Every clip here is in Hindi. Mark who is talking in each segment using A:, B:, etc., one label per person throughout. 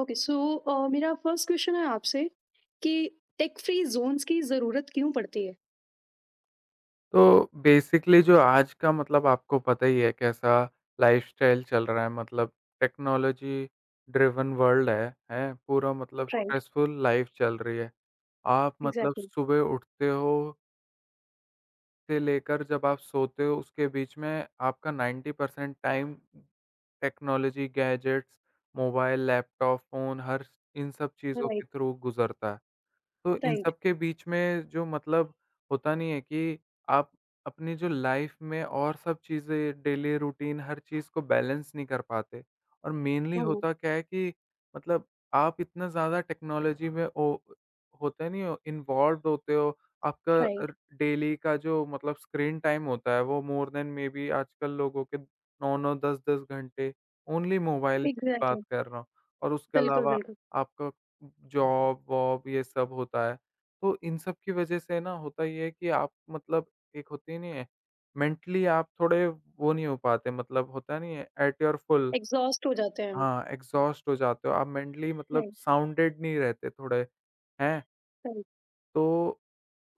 A: ओके, सो मेरा फर्स्ट क्वेश्चन है आपसे कि टेक फ्री जोन्स की ज़रूरत क्यों पड़ती है।
B: तो बेसिकली जो आज का मतलब आपको पता ही है, कैसा लाइफस्टाइल चल रहा है, मतलब टेक्नोलॉजी ड्रिवन वर्ल्ड है, है? पूरा मतलब
A: राइट।
B: स्ट्रेसफुल लाइफ चल रही है। आप मतलब
A: एग्जैक्टली।
B: सुबह उठते हो से लेकर जब आप सोते हो, उसके बीच में आपका 90% time technology, gadgets, mobile, laptop, phone, हर इन सब चीज़ों के
A: राइट,
B: थ्रू गुज़रता है। तो इन
A: राइट।
B: सब के बीच में जो मतलब होता नहीं है कि आप अपनी जो लाइफ में और सब चीज़ें, डेली रूटीन, हर चीज़ को बैलेंस नहीं कर पाते। और मेनली
A: हाँ।
B: होता क्या है कि मतलब आप इतना ज़्यादा टेक्नोलॉजी में ओ होते नहीं हो, इन्वॉल्व होते हो। आपका
A: राइट।
B: डेली का जो मतलब स्क्रीन टाइम होता है, वो मोर देन मे बी आजकल लोगों के 9-9 10-10 घंटे, ओनली मोबाइल से बात
A: एग्जैक्टली।
B: कर रहा हूँ। और उसके
A: बिल्कुल,
B: अलावा
A: बिल्कुल।
B: आपका जॉब-वॉब ये सब होता है। तो इन सब की वज़ह से ना होता ये है कि आप मतलब एक होती नहीं है, मेंटली आप थोड़े वो नहीं हो पाते, मतलब होता नहीं है एट योर फुल।
A: एग्जॉस्ट हो जाते हैं हम।
B: हाँ, एग्ज़ॉस्ट हो जाते हो। आप मेंटली मतलब
A: राइट,
B: साउंडेड नहीं रहते थोड़े, हैं?
A: राइट।
B: तो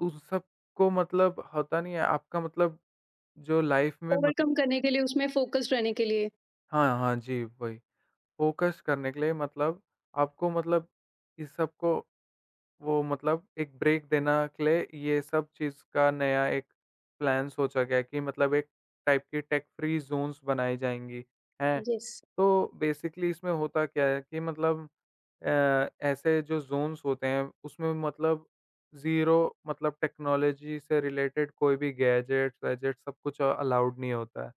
B: उस सब को मतलब होता नहीं है आपका, मतलब जो लाइफ़ में मतलब
A: ओवरकम करने के लिए, उसमें फोकस्ड रहने के लिए।
B: हाँ, हाँ जी, वही। फ़ोकस करने के लिए मतलब आपको मतलब इस सब को, वो मतलब एक ब्रेक देना के लिए, ये सब चीज़ का नया एक प्लान सोचा गया कि मतलब एक टाइप की टेक फ्री ज़ोन्स बनाई जाएँगी, हैं?
A: यस।
B: तो बेसिकली इसमें होता क्या है कि मतलब ऐसे जो ज़ोन्स होते हैं, उसमें मतलब ज़ीरो, मतलब टेक्नोलॉजी से रिलेटेड कोई भी गैजेट्स वैजेट्स सब कुछ अलाउड नहीं होता है।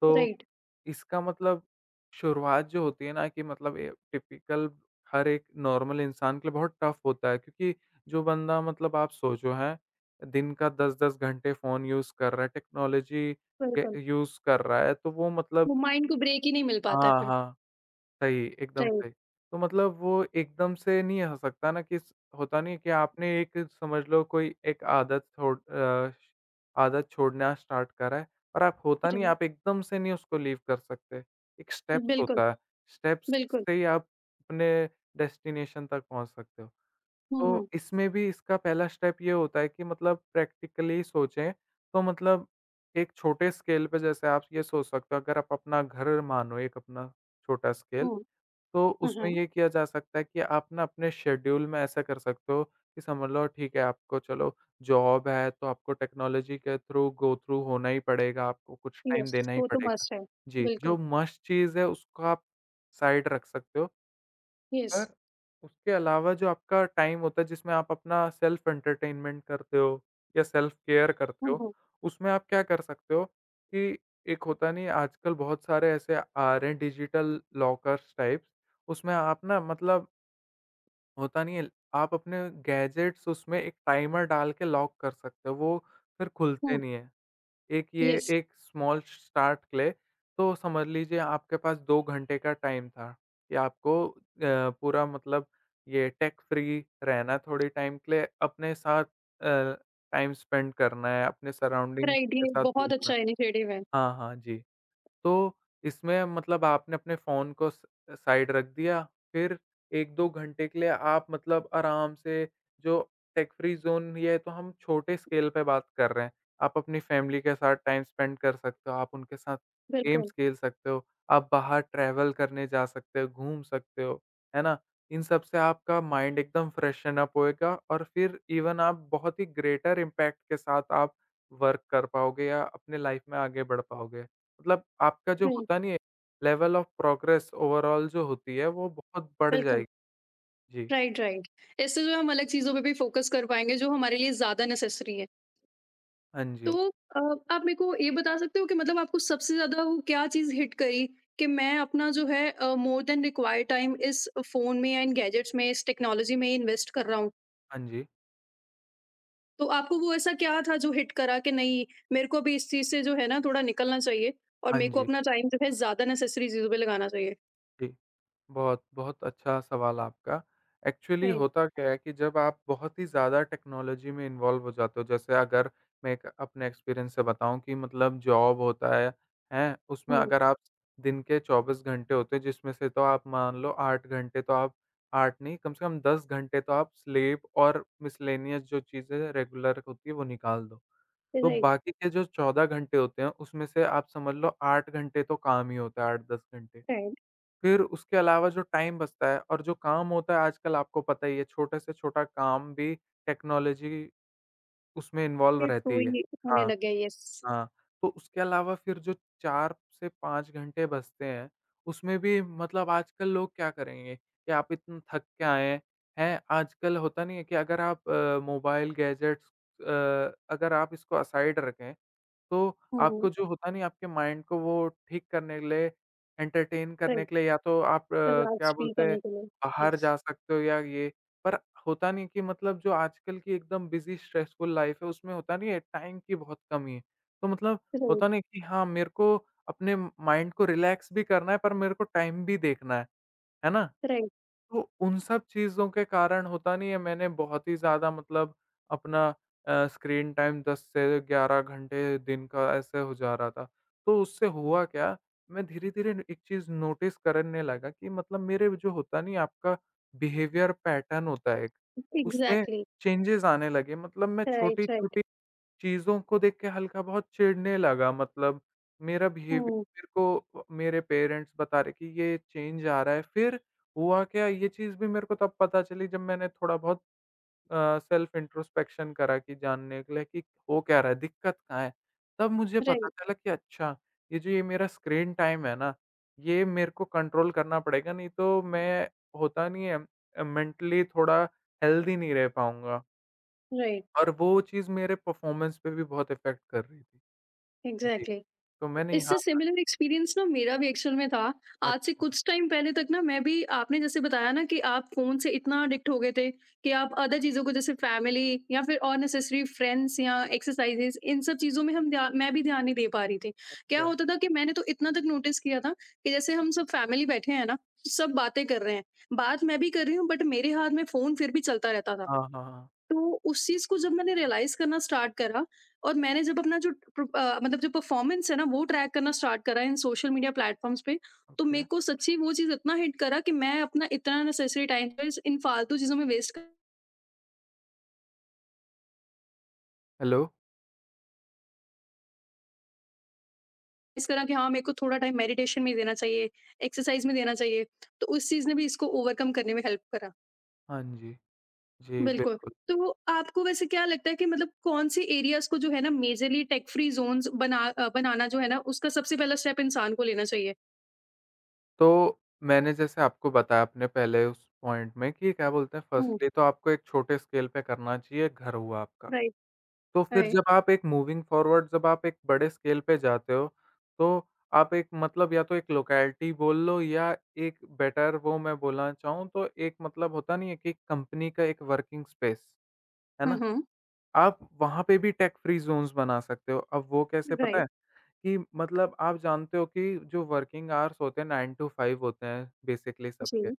B: तो
A: राइट।
B: इसका मतलब शुरुआत जो होती है ना, कि मतलब ये टिपिकल हर एक नॉर्मल इंसान के लिए बहुत टफ होता है, क्योंकि जो बंदा मतलब आप सोचो, हैं, दिन का 10-10 घंटे फ़ोन यूज़ कर रहा है, टेक्नोलॉजी
A: बिल्कुल।
B: के यूज़ कर रहा है, तो वो मतलब
A: वो माइंड को ब्रेक ही नहीं मिल पाता है
B: हाँ,
A: फिर।
B: हाँ। सही, एकदम
A: राइट,
B: सही। तो मतलब वो एकदम से नहीं हो सकता ना कि स होता नहीं है कि आपने एक समझ लो कोई एक आदत छोड़ना स्टार्ट करा है, और आप होता नहीं,
A: राइट।
B: आप एकदम से नहीं उसको लीव कर सकते। एक स्टेप्स
A: बिल्कुल,
B: होता है, स्टेप्स
A: बिल्कुल।
B: से ही आप अपने डेस्टिनेशन तक पहुँच सकते हो।
A: हम्म,
B: तो
A: हम्म,
B: इसमें भी इसका पहला स्टेप ये होता है कि मतलब प्रैक्टिकली सोचें, तो मतलब एक छोटे स्केल पे जैसे आप ये सोच सकते हो, अगर आप अपना घर मानो एक अपना छोटा स्केल,
A: हम्म।
B: तो उसमें
A: हाँ।
B: ये किया जा सकता है कि आप ना अपने शेड्यूल में ऐसा कर सकते हो कि समझ लो ठीक है, आपको चलो जॉब है तो आपको टेक्नोलॉजी के थ्रू गो थ्रू होना ही पड़ेगा, आपको कुछ टाइम
A: यस,
B: देना ही
A: वो तो
B: पड़ेगा।
A: मस्ट है।
B: जी,
A: बिल्कुल।
B: जो मस्ट चीज़ है उसको आप साइड रख सकते हो,
A: यस।
B: पर उसके अलावा जो आपका टाइम होता है जिसमें आप अपना सेल्फ एंटरटेनमेंट करते हो या सेल्फ केयर करते हो,
A: हम्म,
B: उसमें आप क्या कर सकते हो कि एक होता नहीं है, आजकल बहुत सारे ऐसे आ रहे हैं डिजिटल लॉकर्स टाइप्स, उसमें आप ना मतलब होता नहीं है, आप अपने गैजेट्स उसमें एक टाइमर डाल के लॉक कर सकते हो, वो फिर खुलते
A: हम्म।
B: नहीं है। एक ये
A: यस।
B: एक स्मॉल स्टार्ट ले, तो समझ लीजिए आपके पास 2 घंटे का टाइम था कि आपको पूरा मतलब ये टेक फ्री रहना थोड़े टाइम के लिए, अपने साथ टाइम स्पेंड करना है, अपने सराउंडिंग्स
A: राइट,
B: के
A: ये
B: साथ
A: बहुत
B: घूमना।
A: अच्छा इनिशिएटिव है।
B: हाँ, हाँ, जी। तो इसमें मतलब आपने अपने फ़ोन को स साइड रख दिया, फिर 1-2 घंटे के लिए आप मतलब आराम से, जो टेक फ्री ज़ोन ये है तो हम छोटे स्केल पे बात कर रहे हैं। आप अपनी फ़ैमिली के साथ टाइम स्पेंड कर सकते हो, आप उनके साथ
A: बिल्कुल,
B: गेम्स खेल सकते हो, आप बाहर ट्रैवल करने जा सकते हो, घूम सकते हो, है ना? इन सब से आपका माइंड एकदम फ्रेशन अप होएगा, और फिर इवन आप बहुत ही ग्रेटर इम्पैक्ट के साथ आप वर्क कर पाओगे या अपने लाइफ़ में आगे बढ़ पाओगे। मतलब आपका जो
A: राइट,
B: होता नहीं है, लेवल ऑफ प्रोग्रेस ओवरऑल जो होती है, वो बहुत बढ़
A: बिल्कुल।
B: जाएगी। जी।
A: Right, right. इससे जो है हम अलग चीज़ों पे भी फ़ोकस कर पाएँगे जो हमारे लिए ज़्यादा नेसेसरी है।
B: हाँ
A: तो
B: जी।
A: अ, आप मेरे को ये बता सकते हो कि मतलब आपको सबसे ज़्यादा वो क्या चीज़ हिट करी कि मैं अपना जो है मोर देन रिक्वायर्ड टाइम इस फ़ोन में या इन गैजेट्स में, इस टेक्नोलॉजी में इन्वेस्ट कर रहा हूँ।
B: हाँ जी।
A: तो आपको वो ऐसा क्या था जो हिट करा कि नहीं, मेरे को अभी इस चीज़ से जो है ना थोड़ा निकलना चाहिए और
B: हाँ
A: मेरे को
B: जी।
A: अपना टाइम जो है ज़्यादा नेसेसरी चीज़ों पे लगाना चाहिए?
B: जी। बहुत, बहुत अच्छा सवाल आपका। एक्चुअली
A: राइट,
B: होता क्या है कि जब आप बहुत ही ज़्यादा टेक्नोलॉजी में इन्वॉल्व हो जाते हो, जैसे अगर मैं एक अपने एक्सपीरियंस से बताऊँ कि मतलब जॉब होता है, हैं? उसमें
A: हुँ,
B: अगर आप दिन के 24 घंटे होते हैं, जिसमें से तो आप मान लो 8 घंटे तो आप, 8 नहीं, कम से कम 10 घंटे तो आप स्लीप और मिसलेनियस जो चीज़ें रेगुलर होती है, वो निकाल दो। तो
A: राइट,
B: बाकी के जो 14 घंटे होते हैं, उसमें से आप समझ लो 8 घंटे तो काम ही होता है, 8-10 घंटे।
A: राइट।
B: फिर उसके अलावा जो टाइम बचता है और जो काम होता है आजकल आपको पता ही है, छोटे से छोटा काम भी टेक्नोलॉजी उसमें इन्वॉल्व
A: फिर टू
B: रहती है।
A: ही होने
B: हाँ,
A: लगे, यस।
B: हाँ। तो उसके अलावा फिर जो 4 से 5 घंटे बचते हैं, उसमें भी मतलब आजकल लोग क्या करेंगे कि आप इतना थक के आए हैं, हैं? आजकल होता नहीं है कि अगर आप मोबाइल गैजेट्स, अगर आप इसको असाइड रखें तो
A: हुँ,
B: आपको जो होता नहीं, आपके माइंड को वो ठीक करने के लिए, एंटरटेन करने
A: राइट।
B: के लिए, या तो आप
A: द
B: क्या
A: लास्ट फील
B: बोलते हैं,
A: करने के लिए,
B: बाहर
A: यस।
B: जा सकते हो या ये, पर होता नहीं कि मतलब जो आजकल की एकदम बिज़ी स्ट्रेसफुल लाइफ़ है, उसमें होता नहीं है, टाइम की बहुत कमी है। तो मतलब होता
A: राइट।
B: नहीं कि हाँ, मेरे को अपने माइंड को रिलैक्स भी करना है पर मेरे को टाइम भी देखना है ना?
A: राइट।
B: तो उन सब चीज़ों के कारण होता नहीं है मैंने बहुत ही ज़्यादा मतलब अपना स्क्रीन टाइम 10 से 11 घंटे दिन का ऐसे हो जा रहा था। तो उससे हुआ क्या, मैं धीरे-धीरे न एक चीज़ नोटिस करने लगा कि मतलब मेरे जो होता नहीं, आपका बिहेवियर पैटर्न होता है एक, उसमें
A: एग्ज़ैक्टली।
B: चेंजेज़ आने लगे। मतलब मैं
A: राइट, राइट।
B: छोटी-छोटी चीज़ों को देख के हल्का बहुत चिढ़ने लगा, मतलब मेरा बिहेवियर,
A: हुँ,
B: मेरे को मेरे पेरेंट्स बता रहे कि ये चेंज आ रहा है। फिर हुआ क्या, ये चीज़ भी मेरे को तब पता चली जब मैंने थोड़ा बहुत सेल्फ इंट्रोस्पेक्शन करा कि जानने के लिए कि हो क्या रहा है, दिक्कत कहाँ है? तब मुझे पता
A: राइट,
B: चला कि अच्छा, ये जो ये मेरा स्क्रीन टाइम है ना, ये मेरे को कंट्रोल करना पड़ेगा, नहीं तो मैं होता नहीं है मेंटली थोड़ा हेल्दी नहीं रह पाऊँगा।
A: राइट।
B: और वो चीज़ मेरे परफ़ॉर्मेंस पे भी बहुत इफ़ेक्ट कर रही थी। जी।
A: एग्ज़ैक्टली।
B: तो मैंने यहाँ
A: इससे
B: कहा
A: सिमिलर एक्सपीरियंस ना मेरा भी एक्चुअल में था। आज से
B: अच्छा।
A: कुछ टाइम पहले तक ना मैं भी, आपने जैसे बताया ना कि आप फ़ोन से इतना एडिक्ट हो गए थे कि आप अदर चीज़ों को जैसे फैमिली या फिर अननेसेसरी फ्रेंड्स या एक्सरसाइज़ेज़ इन सब चीज़ों में हम ध्या मैं भी ध्यान नहीं दे पा रही थी। क्या
B: अच्छा।
A: होता था कि मैंने तो इतना तक नोटिस किया था कि जैसे हम सब फैमिली बैठे हैं ना, सब बातें कर रहे हैं। बात मैं भी कर रही हूँ बट मेरे हाथ में फ़ोन फिर भी चलता रहता था।
B: हाँ, हाँ, हाँ।
A: तो उस चीज़ को जब मैंने रियलाइज़ करना स्टार्ट करा और मैंने जब अपना जो मतलब जो परफ़ॉर्मेंस है ना वो ट्रैक करना स्टार्ट करा इन सोशल मीडिया प्लेटफ़ॉर्म्स पे, तो
B: ओके।
A: मेरे को सच्ची वो चीज़ इतना हिट करा कि मैं अपना इतना अननेसेसरी टाइम इस इन फ़ालतू चीज़ों में वेस्ट कर
B: हेलो?
A: इस करा कि हाँ, मेरे को थोड़ा टाइम मेडिटेशन में ही देना चाहिए, एक्सरसाइज़ में देना चाहिए। तो उस चीज़ ने भी इसको ओवरकम करने में हेल्प करा।
B: हाँ जी। जी,
A: बिल्कुल,
B: बिल्कुल।
A: तो आपको वैसे क्या लगता है कि मतलब कौन-से एरियाज़ को जो है ना मेजरली टेक फ्री ज़ोन्स बनाना जो है ना उसका सबसे पहला स्टेप इंसान को लेना चाहिए?
B: तो मैंने जैसे आपको बताया अपने पहले उस पॉइंट में कि क्या बोलते हैं,
A: हुँ,
B: फर्स्टली तो आपको एक छोटे स्केल पे करना चाहिए, घर हुआ आपका।
A: राइट।
B: तो फिर
A: राइट।
B: जब आप एक मूविंग फॉरवर्ड, जब आप एक बड़े स्केल पे जाते हो, तो आप एक मतलब या तो एक लोकेलिटी बोल लो, या एक बेटर वो मैं बोलना चाहूँ तो एक मतलब होता नहीं है कि कंपनी का एक वर्किंग स्पेस, है
A: हुँ,
B: ना?
A: हुँ।
B: आप वहाँ पे भी टेक फ्री ज़ोन्स बना सकते हो। अब वो कैसे पता
A: राइट,
B: है? कि मतलब आप जानते हो कि जो वर्किंग आवर्स होते हैं 9 टू 5 होते हैं, बेसिकली सबके।
A: जी।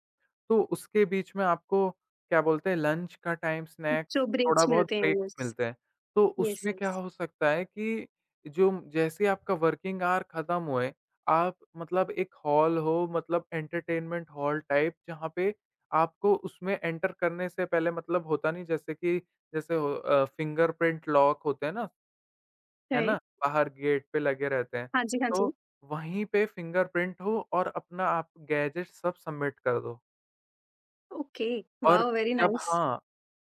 B: तो उसके बीच में आपको क्या बोलते हैं, लंच का टाइम, स्नैक्स,
A: जो ब्रेक्स
B: थोड़ा बहुत
A: मिलते हैं,
B: ब्रेक्स
A: यस।
B: मिलते हैं। तो
A: यस,
B: उसमें क्या
A: यस।
B: हो सकता है कि जो जैसे ही आपका वर्किंग आवर खत्म हुए, आप मतलब एक हॉल हो, मतलब एंटरटेनमेंट हॉल टाइप जहाँ पे आपको उसमें एंटर करने से पहले मतलब होता नहीं, जैसे कि जैसे हो फिंगरप्रिंट लॉक होते हैं ना, है ना?
A: राइट।
B: बाहर गेट पे लगे रहते हैं।
A: हाँ जी, हाँ
B: तो
A: जी।
B: वहीं पे फिंगरप्रिंट हो और अपना आप गैजेट सब सबमिट कर दो।
A: ओके,
B: और
A: वाओ! वेरी
B: जब
A: नाइस।
B: हाँ,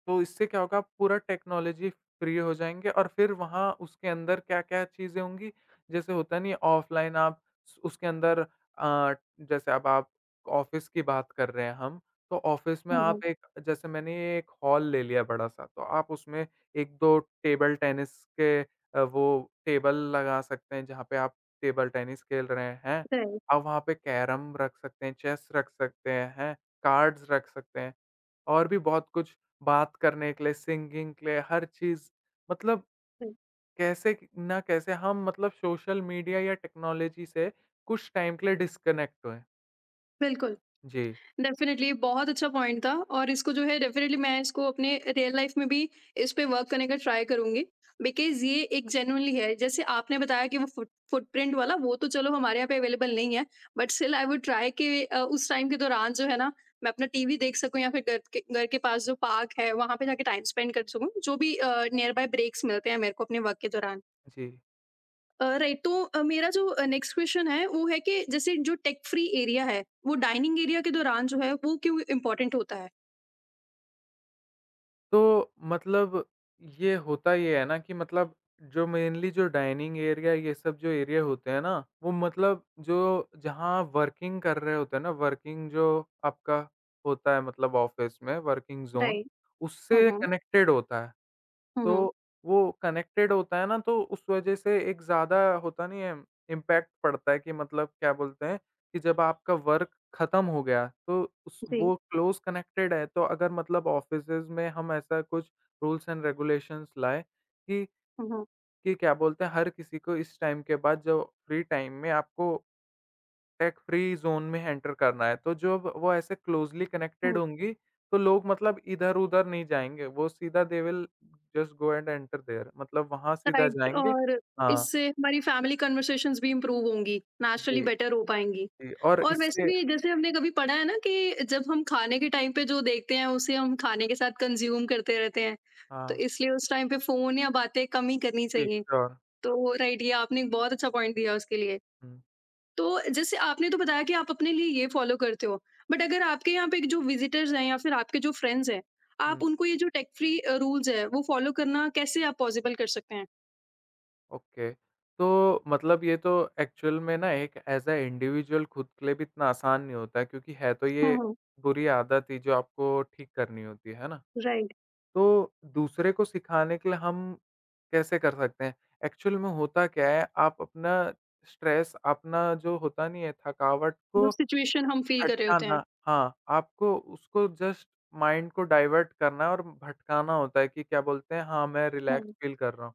B: तो इससे क्या होगा पूरा टेक्नोलॉजी फ्री हो जाएँगे और फिर वहाँ उसके अंदर क्या-क्या चीज़ें होंगी, जैसे होता नहीं है ऑफ़लाइन आप उसके अंदर अ, जैसे अब आप ऑफ़िस की बात कर रहे हैं हम, तो ऑफ़िस में
A: हुँ, हुँ।
B: आप एक जैसे मैंने ये एक हॉल ले लिया बड़ा-सा, तो आप उसमें 1-2 टेबल टेनिस के वो टेबल लगा सकते हैं जहाँ पे आप टेबल टेनिस खेल रहे हैं।
A: राइट,
B: आप वहाँ पे कैरम रख सकते हैं, चेस रख सकते हैं, कार्ड्स रख सकते हैं। और भी बहुत कुछ बात करने के लिए, सिंगिंग के लिए, हर चीज़ मतलब
A: राइट।
B: कैसे क ना कैसे हम मतलब सोशल मीडिया या टेक्नोलॉजी से कुछ टाइम के लिए डिस्कनेक्ट हुए।
A: बिल्कुल।
B: जी,
A: डेफ़िनेटली ये बहुत अच्छा पॉइंट था और इसको जो है डेफ़िनेटली मैं इसको अपने रियल लाइफ़ में भी इस पे वर्क करने का ट्राई करूँगी। बिकॉज़ ये एक जेन्युइनली है, जैसे आपने बताया कि वो फुटप्रिंट वाला वो तो चलो हमारे यहाँ पे अवेलेबल नहीं है, but still I would try कि उस टाइम के दौरान जो है ना, मैं अपना टीवी देख सकूँ या फिर घर के पास जो पार्क है, वहाँ पे जाके टाइम स्पेंड कर सकूँ, जो भी नियर बाय ब्रेक्स मिलते हैं मेरे को अपने वर्क के दौरान।
B: जी।
A: राइट, तो मेरा जो नेक्स्ट क्वेश्चन है वो है कि जैसे जो टेक फ्री एरिया है वो डाइनिंग एरिया के दौरान जो है वो क्यों इम्पोर्टेंट होता है?
B: तो मतलब ये है ना कि मतलब जो मेनली जो डाइनिंग एरिया ये सब जो एरिया होते हैं ना, वो मतलब जो जहाँ वर्किंग कर रहे होते हैं ना, वर्किंग जो आपका होता है मतलब ऑफ़िस में वर्किंग ज़ोन,
A: राइट।
B: उससे
A: हम्म,
B: कनेक्टेड होता है।
A: हम्म।
B: तो वो कनेक्टेड होता है ना, तो उस वज़ह से एक ज़्यादा होता नहीं है इम्पैक्ट पड़ता है कि मतलब क्या बोलते हैं कि जब आपका वर्क ख़त्म हो गया, तो उस
A: जी।
B: वो क्लोज़ कनेक्टेड है, तो अगर मतलब ऑफ़िसेज़ में हम ऐसा कुछ रूल्स एंड रेगुलेशंस लाएँ कि
A: हम्म,
B: कि क्या बोलते हैं, हर किसी को इस टाइम के बाद जो फ्री टाइम में आपको टेक फ्री ज़ोन में एंटर करना है, तो जब वो ऐसे क्लोज़ली कनेक्टेड
A: हम्म।
B: होंगी, तो लोग मतलब इधर-उधर नहीं जाएँगे, वो सीधा they will just go and enter there मतलब वहाँ सीधा
A: राइट,
B: जाएँगे।
A: और
B: हाँ,
A: इससे हमारी फैमिली कन्वर्सेशंस भी इम्प्रूव होंगी, नेचुरली
B: जी,
A: बेटर हो पाएंगी।
B: जी और
A: और वैसे
B: इससे
A: भी जैसे हमने कभी पढ़ा है ना कि जब हम खाने के टाइम पे जो देखते हैं उसे हम खाने के साथ कंज्यूम करते रहते हैं, तो
B: हाँ,
A: इसलिए उस टाइम पे फोन या बातें कम ही करनी
B: जी
A: चाहिए।
B: श्योर।
A: तो राइट, ये आपने एक बहुत अच्छा पॉइंट दिया उसके लिए।
B: हुँ,
A: तो जैसे आपने तो बताया कि आप अपने लिए ये फ़ॉलो करते हो, बट अगर आपके यहाँ पे जो विज़िटर्स हैं या फिर आपके जो फ्रेंड्स हैं, आप
B: हुँ,
A: उनको ये जो टेक फ्री रूल्स हैं, वो फ़ॉलो करना कैसे आप पॉसिबल कर सकते हैं?
B: ओके। तो मतलब ये तो एक्चुअल में ना एक ऐज़ अ इंडिविजुअल खुद के लिए भी इतना आसान नहीं होता है, क्योंकि है तो
A: हुँ,
B: ये
A: हुँ,
B: बुरी आदत ही जो आपको ठीक करनी होती है ना?
A: राइट।
B: तो दूसरे को सिखाने के लिए हम कैसे कर सकते हैं? एक्चुअल में होता क्या है, आप अपना स्ट्रेस, अपना जो होता नहीं है थकावट
A: जो
B: को
A: सिचुएशन हम फ़ील कर रहे होते हैं।
B: हटाना हाँ, आपको उसको जस्ट माइंड को डाइवर्ट करना है और भटकाना होता है कि क्या बोलते हैं, हाँ, मैं रिलैक्स
A: हुँ,
B: फ़ील कर रहा हूँ।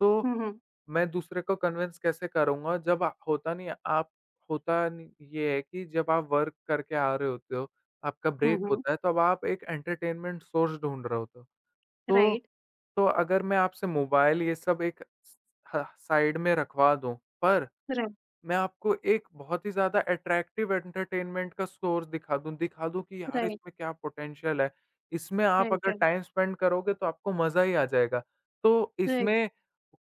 B: तो
A: हुँ, हुँ,
B: मैं दूसरे को कन्विंस कैसे करूँगा जब होता नहीं है आप होता नहीं ये है कि जब आप वर्क करके आ रहे होते हो, आपका
A: हुँ,
B: ब्रेक
A: हुँ,
B: होता है, तब आप एक एंटरटेनमेंट सोर्स ढूँढ रहे होते हो। तो
A: राइट,
B: तो अगर मैं आपसे मोबाइल ये सब एक स ह साइड में रखवा दूँ, पर
A: राइट,
B: मैं आपको एक बहुत ही ज़्यादा अट्रैक्टिव एंटरटेनमेंट का सोर्स दिखा दूँ कि यार
A: राइट,
B: इसमें क्या पोटेंशियल है। इसमें आप
A: राइट,
B: अगर
A: राइट,
B: टाइम स्पेंड करोगे तो आपको मज़ा ही आ जाएगा। तो
A: राइट।
B: इसमें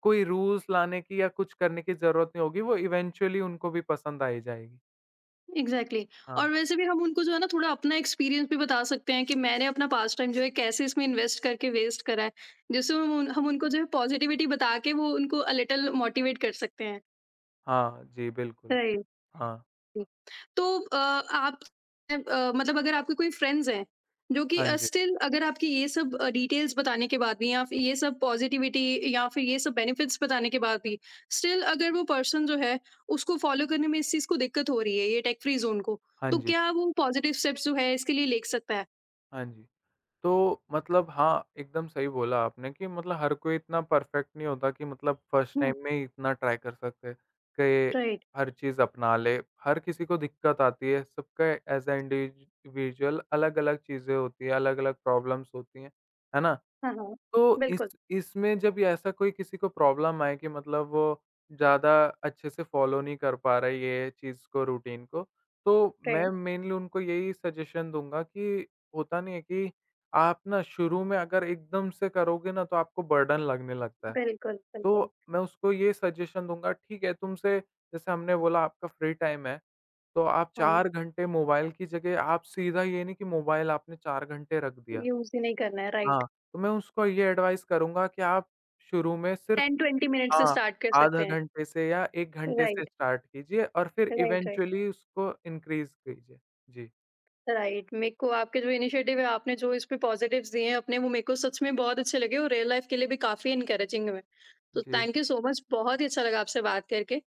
B: कोई रूल्स लाने की या कुछ करने की ज़रूरत नहीं होगी, वो इवेंचुअली उनको भी पसंद आ ही जाएगी।
A: Exactly exactly। और
B: हाँ।
A: वैसे भी हम उनको जो है ना थोड़ा अपना एक्सपीरियंस भी बता सकते हैं कि मैंने अपना पास टाइम जो है कैसे इसमें इन्वेस्ट करके वेस्ट करा है, जिससे हम उनको जो है पॉजिटिविटी बता के वो उनको अ लिटिल मोटिवेट कर सकते हैं।
B: हाँ, जी बिल्कुल।
A: राइट।
B: हाँ।
A: हुँ। तो आप मतलब अगर आपके कोई फ्रेंड्स हैं, जो कि
B: हाँ जी।
A: स्टिल अगर आपकी ये सब डिटेल्स बताने के बाद भी या फिर ये सब पॉज़िटिविटी या फिर ये सब बेनिफिट्स बताने के बाद भी, स्टिल अगर वो पर्सन जो है, उसको फ़ॉलो करने में इस चीज़ को दिक्कत हो रही है, ये टेक फ्री ज़ोन को,
B: हाँ
A: तो
B: जी।
A: क्या वो पॉज़िटिव स्टेप्स जो है, इसके लिए ले सकता है?
B: हाँ जी। तो मतलब हाँ, एकदम सही बोला आपने कि मतलब हर कोई इतना परफेक्ट नहीं होता कि मतलब फर्स्ट
A: हुँ,
B: टाइम में ही इतना ट्राई कर सकते, कि
A: राइट।
B: हर चीज़ अपना ले। हर किसी को दिक्कत आती है, सबका एज़ अ इंडिविजुअल अलग-अलग चीज़ें होती हैं, अलग-अलग प्रॉब्लम्स होती हैं, है ना?
A: हाँ, हाँ।
B: तो इस
A: बिल्कुल,
B: इसमें जब ये ऐसा कोई किसी को प्रॉब्लम आए कि मतलब वो ज़्यादा अच्छे से फ़ॉलो नहीं कर पा रहा है ये चीज़ को रूटीन को, तो
A: राइट।
B: मैं मेनली उनको यही सजेशन दूँगा कि होता नहीं है कि आप ना शुरू में अगर एकदम से करोगे ना तो आपको बर्डन लगने लगता है।
A: बिल्कुल, बिल्कुल।
B: तो मैं उसको ये सजेशन दूँगा ठीक है तुमसे जैसे हमने बोला आपका फ्री टाइम है, तो आप
A: हाँ,
B: 4 घंटे मोबाइल की जगह आप सीधा ये नहीं कि मोबाइल आपने 4 घंटे रख दिया।
A: यूज़ ही नहीं करना है, राइट।
B: हाँ, तो मैं उसको ये एडवाइस करूँगा कि आप शुरू में सिर्फ़
A: 10-20 मिनट से
B: हाँ,
A: स्टार्ट कर सकते
B: आधा
A: हैं।
B: घंटे से या 1 घंटे से
A: राइट,
B: स्टार्ट कीजिए और फिर
A: राइट, राइट।
B: इवेंचुअली उसको इनक्रीज़ कीजिए। जी,
A: राइट, मेरे को आपके जो इनिशिएटिव है, आपने जो इस पे पॉजिटिव्स दिए हैं अपने, वो मेरे को सच में बहुत अच्छे लगे और रियल लाइफ के लिए भी काफी इनकरेजिंग है। तो
B: जी।
A: थैंक यू सो मच, बहुत ही अच्छा लगा आपसे बात करके।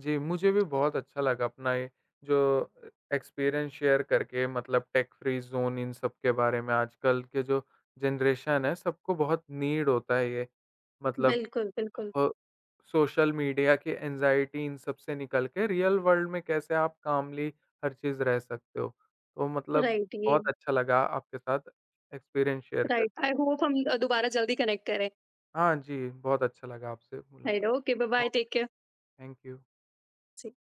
B: जी, मुझे भी बहुत अच्छा लगा अपना ये जो एक्सपीरियंस शेयर करके मतलब टेक फ्री ज़ोन इन सब के बारे में आजकल के जो जनरेशन है सबको बहुत नीड होता है ये, मतलब
A: बिल्कुल, बिल्कुल।
B: अ, सोशल मीडिया की एंग्ज़ायटी इन सब से निकल के रियल वर्ल्ड में कैसे आप कामली हर चीज़ रह सकते हो। तो मतलब
A: राइट, ये
B: बहुत अच्छा लगा आपके साथ एक्सपीरियंस शेयर
A: राइट।
B: करके।
A: आई होप हम दोबारा जल्दी कनेक्ट करें।
B: हाँ जी, बहुत अच्छा लगा आपसे
A: राइट,
B: मुलाकात।
A: Okay, bye bye,
B: okay,
A: take care.
B: Thank you.